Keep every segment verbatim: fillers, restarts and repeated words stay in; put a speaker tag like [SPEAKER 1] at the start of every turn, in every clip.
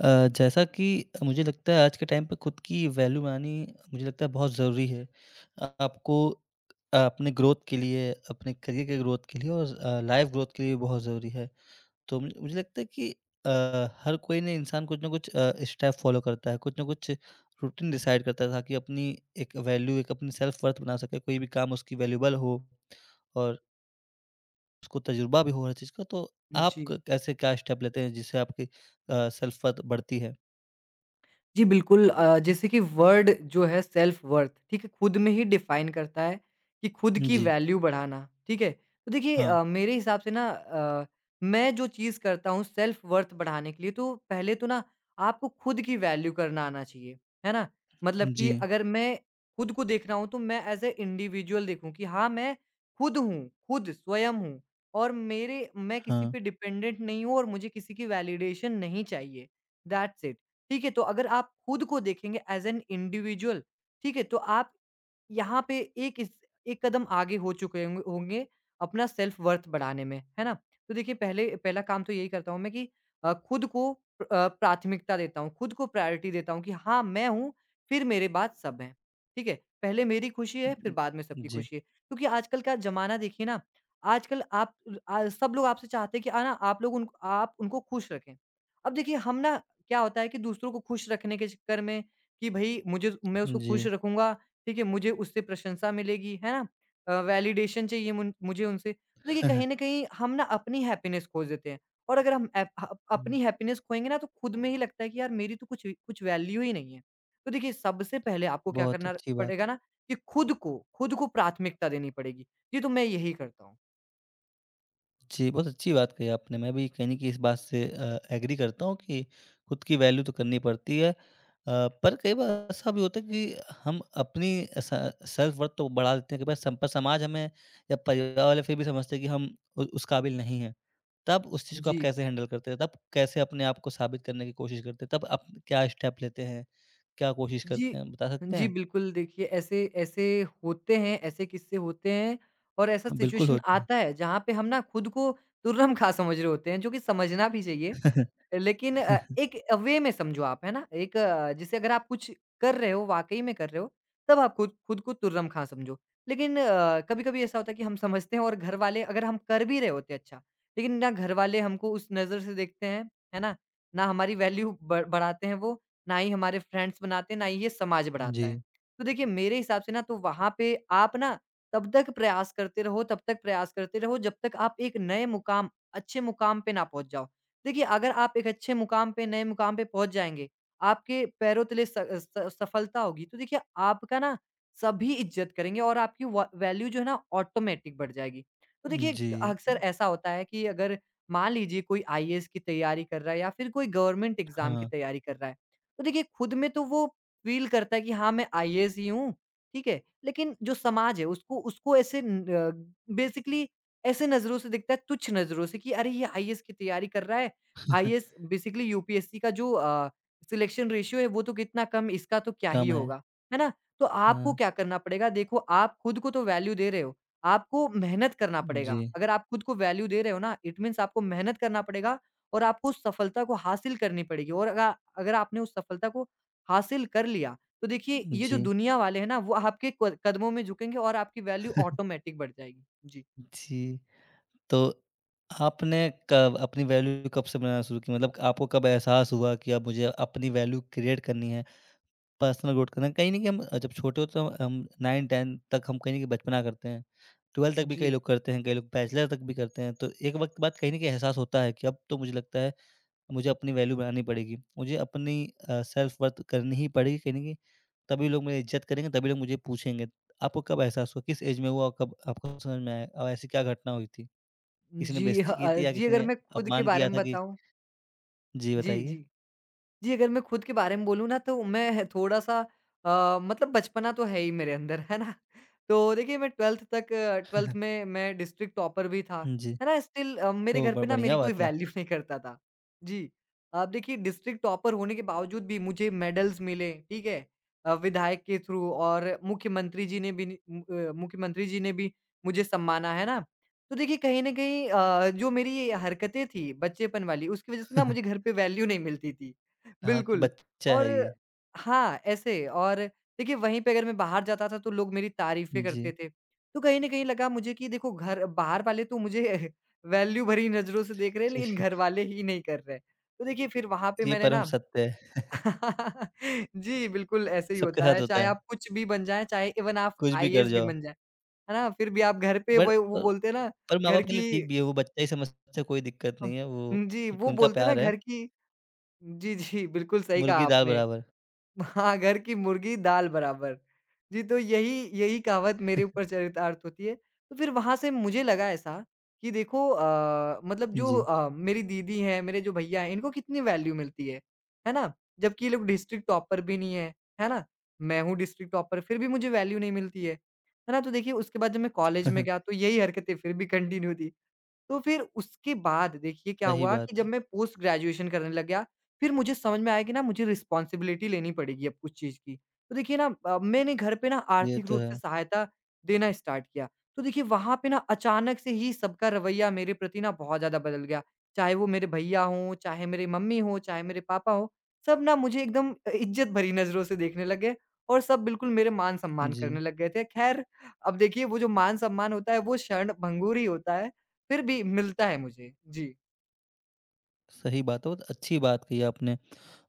[SPEAKER 1] अ, जैसा कि मुझे लगता है आज के टाइम पे खुद की वैल्यू बनानी मुझे लगता है बहुत ज़रूरी है। अ, आपको अ, अपने ग्रोथ के लिए, अपने करियर के ग्रोथ के लिए और अ, लाइफ़ ग्रोथ के लिए बहुत ज़रूरी है। तो मुझे मुझे लगता है कि अ, हर कोई ना इंसान कुछ ना कुछ अ, स्टेप फ़ॉलो करता है, कुछ ना कुछ रूटीन डिसाइड करता है ताकि अपनी एक वैल्यू, एक अपनी सेल्फ़ वर्थ बना सके, कोई भी काम उसकी वैल्यूएबल हो और उसको तजुर्बा भी हो हर चीज़ का। तो आप
[SPEAKER 2] जी।
[SPEAKER 1] क कैसे क्या स्टेप लेते हैं जिससे आपकी अ, सेल्फ़ वर्थ बढ़ती है?
[SPEAKER 2] जी, बिल्कुल अ, जैसे कि वर्ड जो है सेल्फ वर्थ ठीक है, खुद में ही डिफाइन करता है कि खुद की
[SPEAKER 1] जी।
[SPEAKER 2] वैल्यू बढ़ाना, ठीक है? तो देखिए
[SPEAKER 1] हाँ,
[SPEAKER 2] अ, मेरे हिसाब से ना अ, मैं जो चीज़ करता हूँ सेल्फ वर्थ बढ़ाने के लिए तो पहले तो ना आपको खुद की वैल्यू करना आना चाहिए, है ना? मतलब कि
[SPEAKER 1] जी,
[SPEAKER 2] अगर मैं खुद को देख रहा हूँ तो मैं एज़ अ इंडिविजुअल देखूँ कि हाँ, मैं खुद हूँ, खुद स्वयं हूँ और मेरे मैं किसी
[SPEAKER 1] हाँ।
[SPEAKER 2] पे डिपेंडेंट नहीं हूँ और मुझे किसी की वैलिडेशन नहीं चाहिए। That's it. ठीक है? तो अगर आप खुद को देखेंगे एज़ एन इंडिविजुअल, ठीक है? तो आप यहाँ पे एक इस एक कदम आगे हो चुके होंगे होंगे अपना सेल्फ वर्थ बढ़ाने में, है ना? तो देखिए पहले पहला काम तो यही करता हूँ मैं कि अ, खुद को प्र अ, प्राथमिकता देता हूँ, खुद को प्रायोरिटी देता हूँ कि हाँ, मैं हूँ, फिर मेरे बाद सब हैं, ठीक है? पहले मेरी खुशी है, फिर
[SPEAKER 1] उम,
[SPEAKER 2] बाद में सबकी
[SPEAKER 1] जी,
[SPEAKER 2] खुशी है। क्योंकि आजकल का ज़माना देखिए ना, आजकल आप आ, सब लोग आपसे चाहते हैं कि अ, ना आप लोग उन आप उनको खुश रखें। अब देखिए हम ना क्या होता है कि दूसरों को खुश रखने के चक्कर में कि भई मुझे मैं उसको खुश
[SPEAKER 1] जी।
[SPEAKER 2] रखूँगा ठीक है, मुझे उससे प्रशंसा मिलेगी, है ना? अ, वैलिडेशन चाहिए मुन मुझे उनसे। तो देखिए कहीं न कहीं हम ना अपनी हैप्पीनेस खोज देते हैं और अगर हम एप ह
[SPEAKER 1] हुँ,
[SPEAKER 2] अपनी हैप्पीनेस खोएँगे ना तो खुद में ही लगता है कि यार मेरी तो कुछ कुछ वैल्यू ही नहीं है। तो देखिए सबसे पहले आपको क्या
[SPEAKER 1] बहुत
[SPEAKER 2] करना
[SPEAKER 1] अच्छी बात
[SPEAKER 2] पड़ेगा
[SPEAKER 1] है।
[SPEAKER 2] ना कि खुद को खुद को प्राथमिकता देनी पड़ेगी। जी, तो मैं यही करता हूँ।
[SPEAKER 1] जी, बहुत अच्छी बात कही आपने। मैं भी कहीं न कहीं इस बात से अ, एग्री करता हूँ कि खुद की वैल्यू तो करनी पड़ती है। अ, पर कई बार ऐसा भी होता है कि हम अपनी स सेल्फ वर्थ तो बढ़ा देते हैं, कई बार सम पर समाज हमें या परिवार वाले फिर भी समझते हैं कि हम उ उस काबिल नहीं हैं। तब उस चीज़ को आप
[SPEAKER 2] जी।
[SPEAKER 1] कैसे हैंडल करते हैं? तब कैसे अपने आप को साबित करने की कोशिश करते हैं? तब आप क्या स्टेप लेते हैं? क्या कोशिश
[SPEAKER 2] जी।
[SPEAKER 1] करते हैं? बता सकते
[SPEAKER 2] जी,
[SPEAKER 1] हैं?
[SPEAKER 2] बिल्कुल देखिए ऐसे ऐसे होते हैं, ऐसे किस्से होते हैं और ऐसा
[SPEAKER 1] बिल्कुल
[SPEAKER 2] सिचुएशन
[SPEAKER 1] होते हैं।
[SPEAKER 2] आता है जहाँ पे हम ना खुद को तुर्रम खा समझ रहे होते हैं जो कि समझना भी चाहिए। लेकिन अ, एक अ, वे में समझो आप, है ना? एक अ, जैसे अगर आप कुछ कर रहे हो, वाक़ई में कर रहे हो, तब आप खुद खुद को तुर्रम खा समझो। लेकिन अ, कभी-कभी ऐसा होता है कि हम समझते हैं और घरवाले अगर हम कर भी रहे होते हैं अच्छा, लेकिन ना घरवाले हमको उस नज़र से देखते हैं, है ना? ना हमारी वैल्यू ब बढ़ाते हैं वो ना ही हमारे फ्रेंड्स बनाते हैं, ना ही ये समाज बढ़ाता है।
[SPEAKER 1] जी,
[SPEAKER 2] तो देखिए मेरे हिसाब से ना तो वहाँ पे आप ना तब तक प्रयास करते रहो तब तक प्रयास करते रहो जब तक आप एक नए मुकाम अच्छे मुकाम पे ना पहुँच जाओ। देखिए अगर आप एक अच्छे मुकाम पे नए मुकाम पे पहुँच जाएँगे, आपके पैरों तले स स सफलता होगी तो देखिए आपका ना सभी इज़्ज़त करेंगे और आपकी व वैल्यू जो है ना ऑटोमेटिक बढ़ जाएगी। तो देखिए
[SPEAKER 1] जी,
[SPEAKER 2] अक्सर ऐसा होता है कि अगर मान लीजिए कोई आईएएस की तैयारी कर रहा है या फिर कोई गवर्नमेंट एग्ज़ाम की
[SPEAKER 1] हाँ,
[SPEAKER 2] तैयारी कर रहा है। तो देखिए खुद में तो वो फ़ील करता है कि हाँ, मैं आईएएस ही हूँ, ठीक है? लेकिन जो समाज है उसको उसको ऐसे न अ, बेसिकली ऐसे नज़रों से देखता है, तुच्छ नज़रों से कि अरे ये आईएएस की तैयारी कर रहा है। आईएएस बेसिकली यूपीएससी का जो अ, सिलेक्शन रेशियो है वो तो कितना कम, इसका तो क्या ही
[SPEAKER 1] कम है।
[SPEAKER 2] होगा, है ना? तो आपको
[SPEAKER 1] हाँ,
[SPEAKER 2] क्या करना पड़ेगा देखो आप खुद को तो वैल्यू दे रहे हो, आपको मेहनत करना
[SPEAKER 1] जी,
[SPEAKER 2] पड़ेगा। अगर आप खुद को वैल्यू दे रहे हो ना, इट मीन्स आपको मेहनत करना पड़ेगा और आपको उस सफलता को हासिल करनी पड़ेगी और अगा अगर आपने उस सफलता को हासिल कर लिया, तो देखिए ये जो
[SPEAKER 1] जी,
[SPEAKER 2] दुनिया वाले हैं ना वो आपके क कदमों में झुकेंगे और आपकी वैल्यू ऑटोमैटिक बढ़ जाएगी। जी।
[SPEAKER 1] जी। तो आपने कब अपनी वैल्यू कब से बनाना शुरू की? मतलब आपको कब एहसास हुआ कि अब मुझे अपनी वैल्यू क्रिएट करनी है, पर्सनल ग्रोथ करना है? कहीं न कहीं हम जब छोटे होते हैं, हम नाइन टेन तक हम कहीं न कहीं बचपना करते हैं। ट्वेल्व तक भी कई
[SPEAKER 2] जी।
[SPEAKER 1] लोग करते हैं, कई लोग बैचलर तक भी करते हैं। तो एक वक़्त के बाद कहीं न कहीं एहसास होता है कि अब तो मुझे लगता है मुझे अपनी वैल्यू बनानी पड़ेगी। मुझे अपनी अ, सेल्फ वर्थ करनी ही पड़ेगी कहीं न कहीं, तभी लोग मेरी इज़्ज़त करेंगे, तभी लोग मुझे पूछेंगे। आपको कब एहसास हुआ? किस एज में हुआ और कब आपको समझ में आया? और ऐसी क्या घटना हुई थी?
[SPEAKER 2] जी,
[SPEAKER 1] किसी ने
[SPEAKER 2] जी, ह
[SPEAKER 1] बेइज़्ज़ती की
[SPEAKER 2] अ,
[SPEAKER 1] थी या
[SPEAKER 2] जी
[SPEAKER 1] किसी
[SPEAKER 2] अगर
[SPEAKER 1] ने
[SPEAKER 2] मैं खुद के
[SPEAKER 1] अपमान
[SPEAKER 2] बारे
[SPEAKER 1] किया
[SPEAKER 2] में
[SPEAKER 1] था कि
[SPEAKER 2] बताऊँ
[SPEAKER 1] जी,
[SPEAKER 2] जी,
[SPEAKER 1] बताइए?
[SPEAKER 2] जी। जी, अगर मैं खुद के बारे में बोलूँ ना तो मैं थोड़ा-सा अ, मतलब बचपना तो है ही मेरे अंदर, है ना? तो देखिए मैं ट्वेल्थ तक ट्वेल्थ में मैं डिस्ट्रिक्ट टॉपर भी था,
[SPEAKER 1] जी।
[SPEAKER 2] है ना? स्टिल अ, मेरे
[SPEAKER 1] ओह!
[SPEAKER 2] घर
[SPEAKER 1] ब
[SPEAKER 2] पे ना मेरी
[SPEAKER 1] बढ़िया
[SPEAKER 2] कोई
[SPEAKER 1] बात है।
[SPEAKER 2] वैल्यू नहीं करता था। जी, आप देखिए डिस्ट्रिक्ट टॉपर होने के बावजूद भी मुझे मेडल्स मिले, ठीक है? अ, विधायक के थ्रू और मुख्यमंत्री जी ने भी नि मु अ, मुख्यमंत्री जी ने भी मुझे सम्माना, है ना? तो देखिए कहीं न कहीं अ, जो मेरी ये हरकतें थी बच्चेपन वाली उसकी वज़ह से ना मुझे घर पे वैल्यू नहीं मिलती थी।
[SPEAKER 1] हाँ, कि
[SPEAKER 2] बिल्कुल
[SPEAKER 1] बच्चा
[SPEAKER 2] और
[SPEAKER 1] है ये।
[SPEAKER 2] हाँ, ऐसे और देखिए वहीं पे अगर मैं बाहर जाता था तो लोग मेरी तारीफ़ें करते
[SPEAKER 1] जी।
[SPEAKER 2] थे। तो कहीं न कहीं लगा मुझे कि देखो घर बाहर वाले तो मुझे वैल्यू भरी नज़रों से देख रहे हैं लेकिन घर वाले ही नहीं कर रहे हैं। तो देखिए फिर वहाँ पे
[SPEAKER 1] ये
[SPEAKER 2] मैंने
[SPEAKER 1] परम
[SPEAKER 2] ना
[SPEAKER 1] सत्य है।
[SPEAKER 2] जी, बिल्कुल ऐसे ही
[SPEAKER 1] सबके
[SPEAKER 2] होता
[SPEAKER 1] साथ
[SPEAKER 2] है।
[SPEAKER 1] होता
[SPEAKER 2] चाहे
[SPEAKER 1] है,
[SPEAKER 2] आप कुछ भी बन जाएँ, चाहे इवन आप
[SPEAKER 1] कुछ भी कर
[SPEAKER 2] आईएएस भी
[SPEAKER 1] जाओ।
[SPEAKER 2] बन जाएँ, है ना? फिर भी आप घर पे
[SPEAKER 1] पर
[SPEAKER 2] वो
[SPEAKER 1] अ,
[SPEAKER 2] वो बोलते हैं ना
[SPEAKER 1] पर
[SPEAKER 2] घर
[SPEAKER 1] माँ-बाप के लिए
[SPEAKER 2] की
[SPEAKER 1] ठीक भी है, वो बच्चा ही समझते हैं, कोई दिक्कत
[SPEAKER 2] अ,
[SPEAKER 1] नहीं है, वो
[SPEAKER 2] जी, वो
[SPEAKER 1] उनका
[SPEAKER 2] बोलते हैं ना
[SPEAKER 1] प्यार है,
[SPEAKER 2] घर की जी, जी, बिल्कुल सही कहा
[SPEAKER 1] मुर्गी दाल
[SPEAKER 2] आपने।
[SPEAKER 1] बराबर।
[SPEAKER 2] हाँ, घर की मुर्गी दाल बराबर। जी, तो यही यही कहावत मेरे ऊपर चरितार्थ होती है। तो फिर वहाँ से मुझे लगा ऐसा कि देखो अ, मतलब जो
[SPEAKER 1] जी।
[SPEAKER 2] अ, मेरी दीदी हैं, मेरे जो भैया हैं, इनको कितनी वैल्यू मिलती है, है ना? जबकि ये लोग डिस्ट्रिक्ट टॉपर भी नहीं है, है ना? मैं हूँ डिस्ट्रिक्ट टॉपर, फिर भी मुझे वैल्यू नहीं मिलती है, है ना? तो देखिए उसके बाद जब मैं कॉलेज में गया तो यही हरकतें फिर भी कंटिन्यू थी। तो फिर उसके बाद देखिए क्या
[SPEAKER 1] सही
[SPEAKER 2] हुआ कि
[SPEAKER 1] बात
[SPEAKER 2] जब
[SPEAKER 1] है।
[SPEAKER 2] मैं पोस्ट ग्रेजुएशन करने लग गया, फिर मुझे समझ में आया कि ना मुझे रिस्पॉन्सिबिलिटी लेनी पड़ेगी अब कुछ चीज़ की। तो देखिए ना अ, मैंने घर पे ना
[SPEAKER 1] ये
[SPEAKER 2] आर्थिक
[SPEAKER 1] तो
[SPEAKER 2] रूप से
[SPEAKER 1] है।
[SPEAKER 2] सहायता देना स्टार्ट किया। तो देखिए वहाँ पे ना अचानक से ही सबका रवैया मेरे प्रति ना बहुत ज़्यादा बदल गया। चाहे वो मेरे भैया हों, चाहे मेरी मम्मी हों, चाहे मेरे पापा हों, सब ना मुझे एकदम अ, इज़्ज़त भरी नज़रों से देखने लग गए और सब बिल्कुल मेरे मान-सम्मान करने
[SPEAKER 1] जी,
[SPEAKER 2] लग गए थे। ख़ैर अब देखिए वो जो मान-सम्मान होता है वो क्षणभंगुर ही होता है। फिर भी मिलता है मुझे। जी।
[SPEAKER 1] सही बात है, बहुत अच्छी बात कही आपने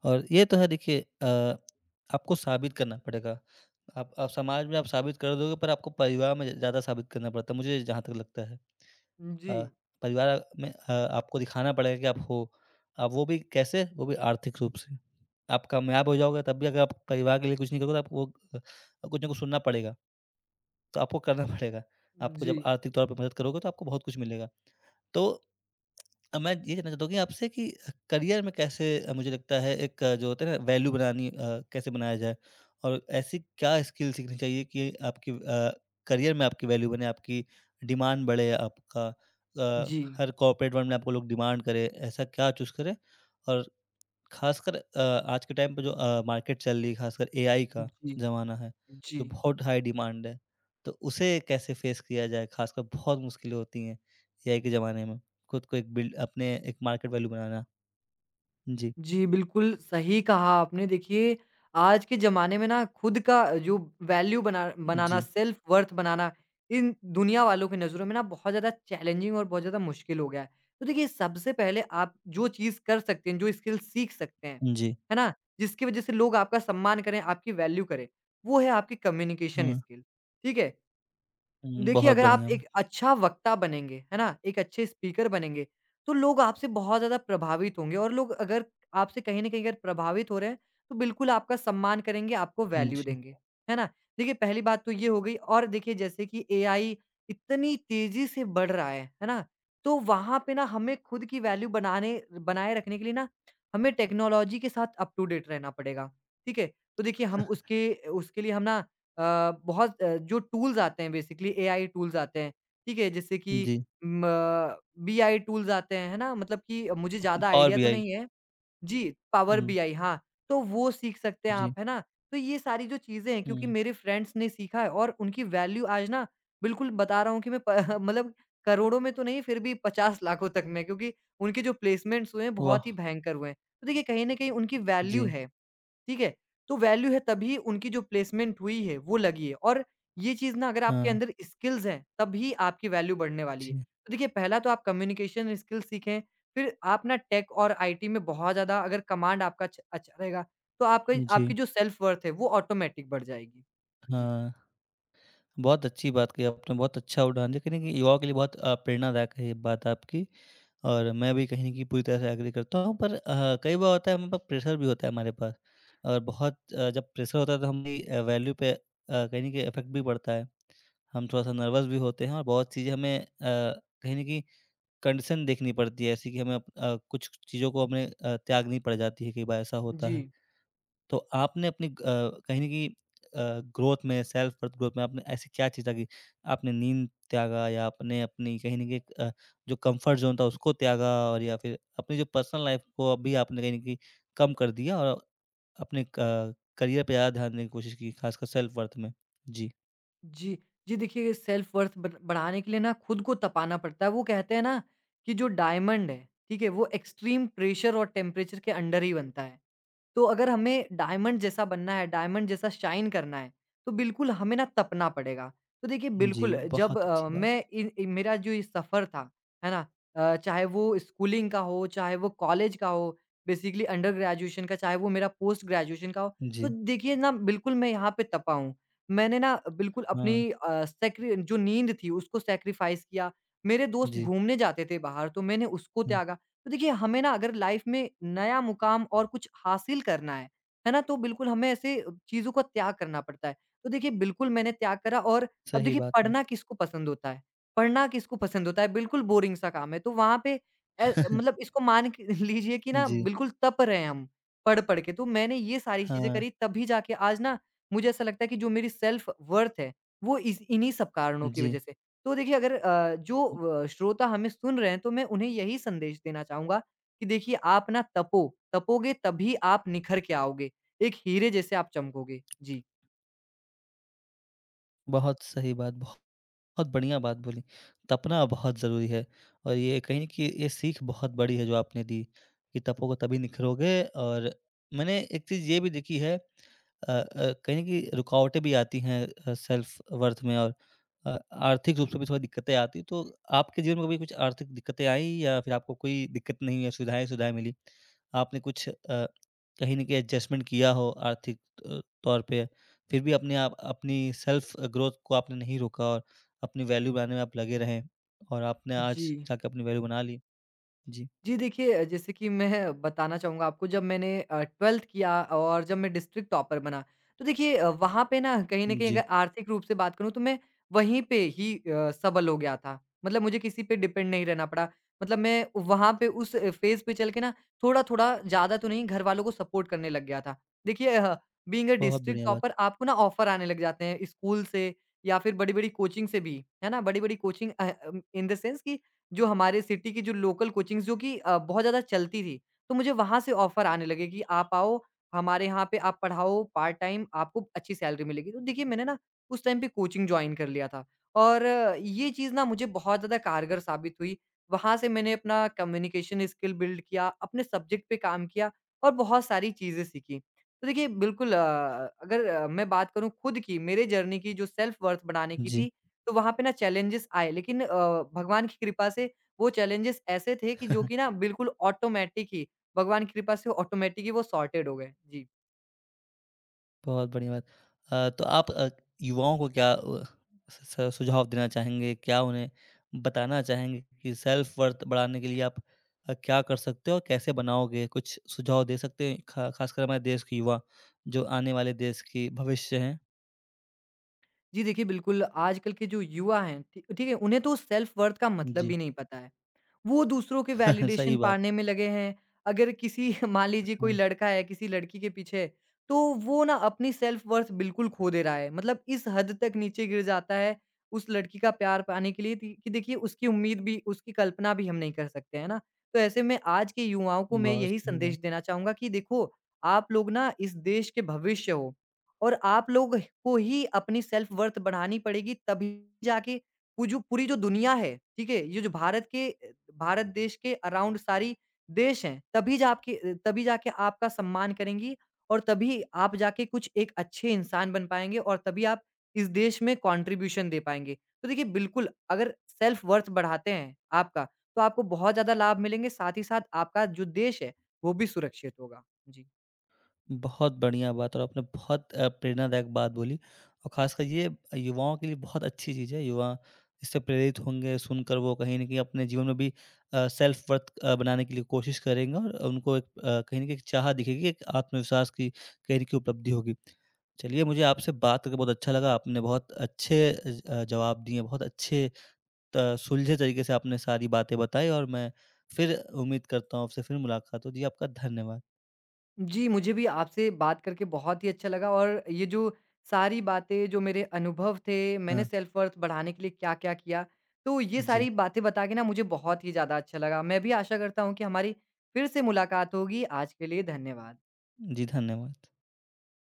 [SPEAKER 1] और ये तो है देखिए अ, आपको साबित करना पड़ेगा। आप आप समाज में आप साबित कर दोगे पर आपको परिवार में ज़्यादा साबित करना पड़ता है, मुझे जहाँ तक लगता है।
[SPEAKER 2] जी,
[SPEAKER 1] अ, परिवार में अ, आपको दिखाना पड़ेगा कि आप हो। अब वो भी कैसे? वो भी आर्थिक रूप से। आप कामयाब हो जाओगे तब भी अगर आप परिवार के लिए कुछ नहीं करोगे तो आपको वो अ, कुछ ना कुछ सुनना पड़ेगा, तो आपको करना पड़ेगा। आपको
[SPEAKER 2] जी,
[SPEAKER 1] जब आर्थिक तौर पे मदद करोगे तो आपको बहुत कुछ मिलेगा। तो अ, मैं ये जानना चाहता हूँ कि आपसे कि करियर में कैसे अ, मुझे लगता है एक अ, जो होता है ना वैल्यू बनानी अ, कैसे बनाया जाए और ऐसी क्या स्किल सीखनी चाहिए कि आपकी अ, करियर में आपकी वैल्यू बने आपकी डिमांड बढ़े आपका अ,
[SPEAKER 2] जी,
[SPEAKER 1] हर कॉर्पोरेट वर्ल्ड में आपको लोग डिमांड करें ऐसा क्या चूज़ करें और खासकर अ, आज के टाइम पे जो अ, मार्केट चल रही है, खासकर एआई का
[SPEAKER 2] जी,
[SPEAKER 1] ज़माना है,
[SPEAKER 2] जी।
[SPEAKER 1] जो बहुत हाई डिमांड है, तो उसे कैसे फेस किया जाए? खासकर बहुत मुश्किलें होती हैं एआई के ज़माने में, खुद को एक बिल्ड अपने एक मार्केट वैल्यू बनाना। जी,
[SPEAKER 2] जी, बिल्कुल सही कहा आपने। देखिए, आज के ज़माने में ना खुद का जो वैल्यू बना बनाना,
[SPEAKER 1] जी,
[SPEAKER 2] सेल्फ वर्थ बनाना, इन दुनिया वालों की नज़रों में ना बहुत ज़्यादा चैलेंजिंग और बहुत ज़्यादा मुश्किल हो गया है। तो देखिए, सबसे पहले आप जो चीज़ कर सकते हैं, जो स्किल सीख सकते हैं,
[SPEAKER 1] जी,
[SPEAKER 2] है ना? जिसकी वज़ह से लोग आपका सम्मान करें, आपकी वैल्यू करें, वो है आपकी कम्युनिकेशन
[SPEAKER 1] हाँ।
[SPEAKER 2] स्किल, ठीक है?
[SPEAKER 1] हुँ,
[SPEAKER 2] देखिए,
[SPEAKER 1] बहुत
[SPEAKER 2] अगर आप
[SPEAKER 1] बढ़िया बात।
[SPEAKER 2] एक अच्छा वक्ता बनेंगे, है ना? एक अच्छे स्पीकर बनेंगे, तो लोग आपसे बहुत ज़्यादा प्रभावित होंगे और लोग अगर आपसे कहीं न कहीं अगर प्रभावित हो रहे हैं, तो बिल्कुल आपका सम्मान करेंगे, आपको वैल्यू
[SPEAKER 1] जी,
[SPEAKER 2] देंगे, है ना? देखिए, पहली बात तो ये हो गई और देखिए जैसे कि एआई इतनी तेज़ी से बढ़ रहा है, है ना? तो वहाँ पे ना हमें खुद की वैल्यू बनाने बनाए रखने के लिए ना, हमें टेक्नोलॉजी के साथ अप टू डेट रहना पड़ेगा, ठीक है? तो देखिए, हम उसके उसके लिए हम ना अ, बहुत अ, जो टूल्स आते हैं बेसिकली एआई टूल्स आते हैं, ठीक है? जैसे कि
[SPEAKER 1] जी,
[SPEAKER 2] म बीआई टूल्स आते हैं, है ना? मतलब कि मुझे ज़्यादा
[SPEAKER 1] पावर
[SPEAKER 2] आइडिया तो
[SPEAKER 1] बीआई।
[SPEAKER 2] नहीं है जी, पावर
[SPEAKER 1] हुँ,
[SPEAKER 2] बीआई हाँ, तो वो सीख सकते हैं आप,
[SPEAKER 1] जी,
[SPEAKER 2] है ना? तो ये सारी जो चीज़ें हैं क्योंकि
[SPEAKER 1] हुँ,
[SPEAKER 2] मेरे फ्रेंड्स ने सीखा है और उनकी वैल्यू आज ना बिल्कुल बता रहा हूँ कि मैं प मतलब करोड़ों में तो नहीं फिर भी पचास लाखों तक में क्योंकि उनके जो प्लेसमेंट्स हुए हैं बहुत ही
[SPEAKER 1] वाह!
[SPEAKER 2] भयंकर हुए हैं। तो देखिए कहीं न कहीं उनकी वैल्यू
[SPEAKER 1] जी,
[SPEAKER 2] है। ठीक है? तो वैल्यू है तभी उनकी जो प्लेसमेंट हुई है वो लगी है और ये चीज़ ना अगर आपके
[SPEAKER 1] हाँ,
[SPEAKER 2] अंदर स्किल्स हैं तभी आपकी वैल्यू बढ़ने वाली है।
[SPEAKER 1] जी,
[SPEAKER 2] तो देखिए पहला तो आप कम्युनिकेशन स्किल्स सीखें, फिर आप ना टेक और आईटी में बहुत ज़्यादा अगर कमांड आपका छ अच्छा रहेगा तो आपकी आपकी
[SPEAKER 1] जी,
[SPEAKER 2] जो सेल्फ वर्थ है वो ऑटोमेटिक बढ़ जाएगी। जी।
[SPEAKER 1] हाँ। बहुत अच्छी बात कही आपने, बहुत अच्छा उदाहरण दिया, कहीं न कहीं युवाओं के लिए बहुत अ, प्रेरणादायक है ये बात आपकी और मैं भी कहीं न कहीं पूरी तरह से एग्री करता हूँ। पर अ, कई बार होता है हमारे पास प्रेशर भी होता है हमारे पास और बहुत अ, जब प्रेशर होता है तो हमारी अ, वैल्यू पे अ, कहीं न कहीं इफ़ेक्ट भी पड़ता है। हम थोड़ा-सा नर्वस भी होते हैं और बहुत चीज़ें हमें अ, कहीं न कहीं कंडीशन देखनी पड़ती है ऐसी कि हमें अप अ, कुछ चीज़ों को हमें अ, त्यागनी पड़ जाती है, कई बार ऐसा होता
[SPEAKER 2] जी।
[SPEAKER 1] है। तो आपने अपनी ग अ, कहीं न कहीं अ, ग्रोथ में सेल्फ वर्थ ग्रोथ में आपने ऐसी क्या चीज़ त्यागी? आपने नींद त्यागा या आपने अपनी कहीं न कहीं एक, अ, जो कम्फर्ट ज़ोन था उसको त्यागा और या फिर अपनी जो पर्सनल लाइफ़ को अभी आपने कहीं न कहीं कम कर दिया और अपने क करियर पे ज़्यादा ध्यान देने की कोशिश की, खासकर सेल्फ वर्थ में? जी।
[SPEAKER 2] जी। जी देखिए सेल्फ वर्थ बन बढ़ाने के लिए ना खुद को तपाना पड़ता है। वो कहते हैं ना कि जो डायमंड है, ठीक है? वो एक्सट्रीम प्रेशर और टेम्परेचर के अंडर ही बनता है। तो अगर हमें डायमंड जैसा बनना है, डायमंड जैसा शाइन करना है, तो बिल्कुल हमें ना तपना पड़ेगा। तो देखिए
[SPEAKER 1] जी,
[SPEAKER 2] बिल्कुल जब
[SPEAKER 1] बहुत
[SPEAKER 2] अ,
[SPEAKER 1] अच्छी बात।
[SPEAKER 2] मैं इन इ मेरा जो ये सफ़र था, है ना? अ, चाहे वो स्कूलिंग का हो, चाहे वो कॉलेज का हो, बेसिकली अंडर ग्रेजुएशन का, चाहे वो मेरा पोस्ट ग्रेजुएशन का हो। तो
[SPEAKER 1] जी,
[SPEAKER 2] देखिए ना बिल्कुल मैं यहाँ पे तपा हूँ। मैंने ना बिल्कुल
[SPEAKER 1] हाँ,
[SPEAKER 2] अपनी अ, सैक्रि जो नींद थी उसको सैक्रिफ़ाइस किया। मेरे दोस्त
[SPEAKER 1] जी,
[SPEAKER 2] घूमने जाते थे बाहर तो मैंने उसको
[SPEAKER 1] हाँ,
[SPEAKER 2] त्यागा। तो देखिए हमें ना अगर लाइफ में नया मुकाम और कुछ हासिल करना है, है ना? तो बिल्कुल हमें ऐसे चीज़ों का त्याग करना पड़ता है। तो देखिए बिल्कुल मैंने त्याग करा। और अब
[SPEAKER 1] सही
[SPEAKER 2] देखिए
[SPEAKER 1] बात है।
[SPEAKER 2] पढ़ना किसको पसंद होता है? पढ़ना किसको पसंद होता है? बिल्कुल बोरिंग सा काम है। तो वहाँ पे अ, मतलब इसको मान के लीजिए कि ना
[SPEAKER 1] जी,
[SPEAKER 2] बिल्कुल तप रहे हैं हम, पढ़-पढ़ के। तो मैंने ये सारी चीज़ें
[SPEAKER 1] हाँ,
[SPEAKER 2] करी तभी जाके आज ना मुझे ऐसा लगता है कि जो मेरी सेल्फ वर्थ है, वो इस इन्हीं सब कारणों की
[SPEAKER 1] जी,
[SPEAKER 2] वज़ह से। तो देखिए अगर अ, जो अ, श्रोता हमें सुन रहे हैं तो मैं उन्हें यही संदेश देना चाहूँगा कि देखिए आप ना तपो, तपोगे तभी आप निखर के आओगे। एक हीरे जैसे आप चमकोगे। जी।
[SPEAKER 1] बहुत सही बात, बहुत बहुत बढ़िया बात बोली। तपना बहुत ज़रूरी है और ये कहीं न कहीं ये सीख बहुत बड़ी है जो आपने दी कि तपोगे तभी निखरोगे और मैंने एक चीज़ ये भी देखी है अ अ, कहीं न कहीं रुकावटें भी आती हैं अ, सेल्फ वर्थ में और अ, आर्थिक रूप से भी थोड़ी दिक्कतें आती हैं। तो आपके जीवन में कभी कुछ आर्थिक दिक्कतें आईं या फिर आपको कोई दिक्कत नहीं है, सुविधाएँ ही सुविधाएँ मिली? आपने कुछ अ, कहीं न कहीं एडजस्टमेंट किया हो आर्थिक अ, तौर पे फिर भी अपने आप अपनी सेल्फ ग्रोथ को आपने नहीं रोका और अपनी वैल्यू बनाने में आप लगे रहें और आपने
[SPEAKER 2] जी।
[SPEAKER 1] आज जाके अपनी वैल्यू बना ली। जी,
[SPEAKER 2] जी देखिए, अ, जैसे कि मैं बताना चाहूँगा आपको जब मैंने अ, ट्वेल्थ किया और जब मैं डिस्ट्रिक्ट टॉपर बना, तो देखिए अ, वहाँ पे ना कहीं न कहीं
[SPEAKER 1] जी,
[SPEAKER 2] अगर आर्थिक रूप से बात करूँ तो मैं वहीं पे ही अ, सबल हो गया था। मतलब मुझे किसी पे डिपेंड नहीं रहना पड़ा। मतलब मैं वहाँ पे उस फ़ेज़ पे चल के ना थोड़ा-थोड़ा ज़्यादा तो नहीं घरवालों को सपोर्ट करने लग गया था। देखिए अ, बीइंग अ
[SPEAKER 1] बहुत
[SPEAKER 2] डिस्ट्रिक्ट
[SPEAKER 1] बढ़िया
[SPEAKER 2] टॉपर
[SPEAKER 1] बात।
[SPEAKER 2] आपको ना ऑफ़र आने लग जाते हैं स्कूल से या फिर बड़ी-बड़ी कोचिंग से भी, है ना? बड़ी-बड़ी coaching uh, in the sense कि जो हमारे सिटी की जो लोकल कोचिंग्स जो कि अ, बहुत ज़्यादा चलती थी। तो मुझे वहाँ से ऑफ़र आने लगे कि आप आओ, हमारे यहाँ पे आप पढ़ाओ पार्ट टाइम आपको अच्छी सैलरी मिलेगी। तो देखिए मैंने ना उस टाइम पे कोचिंग जॉइन कर लिया था और ये चीज़ ना मुझे बहुत ज़्यादा कारगर साबित हुई। वहाँ से मैंने अपना कम्युनिकेशन स्किल बिल्ड किया, अपने सब्जेक्ट पे काम किया और बहुत सारी चीज़ें सीखी। तो देखिए बिल्कुल अ, अगर अ, मैं बात करूँ खुद की, मेरे जर्नी की जो सेल्फ वर्थ बनाने की
[SPEAKER 1] जी,
[SPEAKER 2] थी, तो वहाँ पे ना चैलेंजेस आए लेकिन अ, भगवान की कृपा से वो चैलेंजेस ऐसे थे कि जो कि ना बिल्कुल ऑटोमेटिक ही भगवान की कृपा से ऑटोमेटिक ही वो सॉर्टेड हो गए। जी।
[SPEAKER 1] बहुत बढ़िया बात। अ, तो आप अ, युवाओं को क्या अ, स स सुझाव देना चाहेंगे? क्या उन्हें बताना चाहेंगे कि सेल्फ वर्थ बढ़ाने के लिए आप अ, क्या कर सकते हो और कैसे बनाओगे? कुछ सुझाव दे सकते हैं खा खासकर हमारे देश के युवा जो आने वाले देश के भविष्य हैं?
[SPEAKER 2] जी देखिए, बिल्कुल आजकल के जो युवा हैं, ठी ठीक है, उन्हें तो सेल्फ वर्थ का मतलब
[SPEAKER 1] जी,
[SPEAKER 2] भी नहीं पता है। वो दूसरों के वैलिडेशन
[SPEAKER 1] सही बात
[SPEAKER 2] पाने
[SPEAKER 1] है।
[SPEAKER 2] में लगे हैं। अगर किसी मान लीजिए कोई
[SPEAKER 1] हाँ,
[SPEAKER 2] लड़का है किसी लड़की के पीछे, तो वो ना अपनी सेल्फ वर्थ बिल्कुल खो दे रहा है। मतलब इस हद तक नीचे गिर जाता है उस लड़की का प्यार पाने के लिए ति कि देखिए उसकी उम्मीद भी उसकी कल्पना भी हम नहीं कर सकते, है ना? तो ऐसे में आज के युवाओं को मैं
[SPEAKER 1] बहुत
[SPEAKER 2] यही
[SPEAKER 1] सही
[SPEAKER 2] संदेश
[SPEAKER 1] बात।
[SPEAKER 2] देना चाहूँगा कि देखो, आप लोग ना इस देश के भविष्य हो और आप लोग को ही अपनी सेल्फ वर्थ बढ़ानी पड़ेगी तभी जाके वो जो पूरी जो दुनिया है, ठीक है? ये जो भारत के भारत देश के अराउंड सारी देश हैं, तभी जा आपकी अ, तभी जाके आपका सम्मान करेंगी और तभी आप जाके कुछ एक अच्छे इंसान बन पाएँगे और तभी आप इस देश में कॉन्ट्रिब्यूशन दे पाएँगे। तो देखिए बिल्कुल अगर सेल्फ वर्थ बढ़ाते हैं आपका, तो आपको बहुत ज़्यादा लाभ मिलेंगे, साथ ही साथ आपका जो देश है, वो भी सुरक्षित होगा। जी।
[SPEAKER 1] बहुत बढ़िया बात और आपने बहुत अ, प्रेरणादायक बात बोली और खासकर ये युवाओं के लिए बहुत अच्छी चीज़ है। युवा इससे प्रेरित होंगे सुनकर वो कहीं न कहीं अपने जीवन में भी अ, सेल्फ वर्थ अ, बनाने के लिए कोशिश करेंगे और उनको एक अ, कहीं न कहीं एक चाह दिखेगी, एक आत्मविश्वास की कहीं न कहीं उपलब्धि होगी। चलिए मुझे आपसे बात करके बहुत अच्छा लगा। आपने बहुत अच्छे ज अ, जवाब दिए, बहुत अच्छे त सुलझे तरीके से आपने सारी बातें बताई और मैं फिर उम्मीद करता हूँ आपसे फिर मुलाकात हो। जी, आपका धन्यवाद।
[SPEAKER 2] जी, मुझे भी आपसे बात करके बहुत ही अच्छा लगा और ये जो सारी बातें, जो मेरे अनुभव थे, मैंने
[SPEAKER 1] हाँ,
[SPEAKER 2] सेल्फ वर्थ बढ़ाने के लिए क्या-क्या किया, तो ये
[SPEAKER 1] जी।
[SPEAKER 2] सारी बातें बता के ना मुझे बहुत ही ज़्यादा अच्छा लगा। मैं भी आशा करता हूँ कि हमारी फिर से मुलाकात होगी। आज के लिए धन्यवाद।
[SPEAKER 1] जी, धन्यवाद।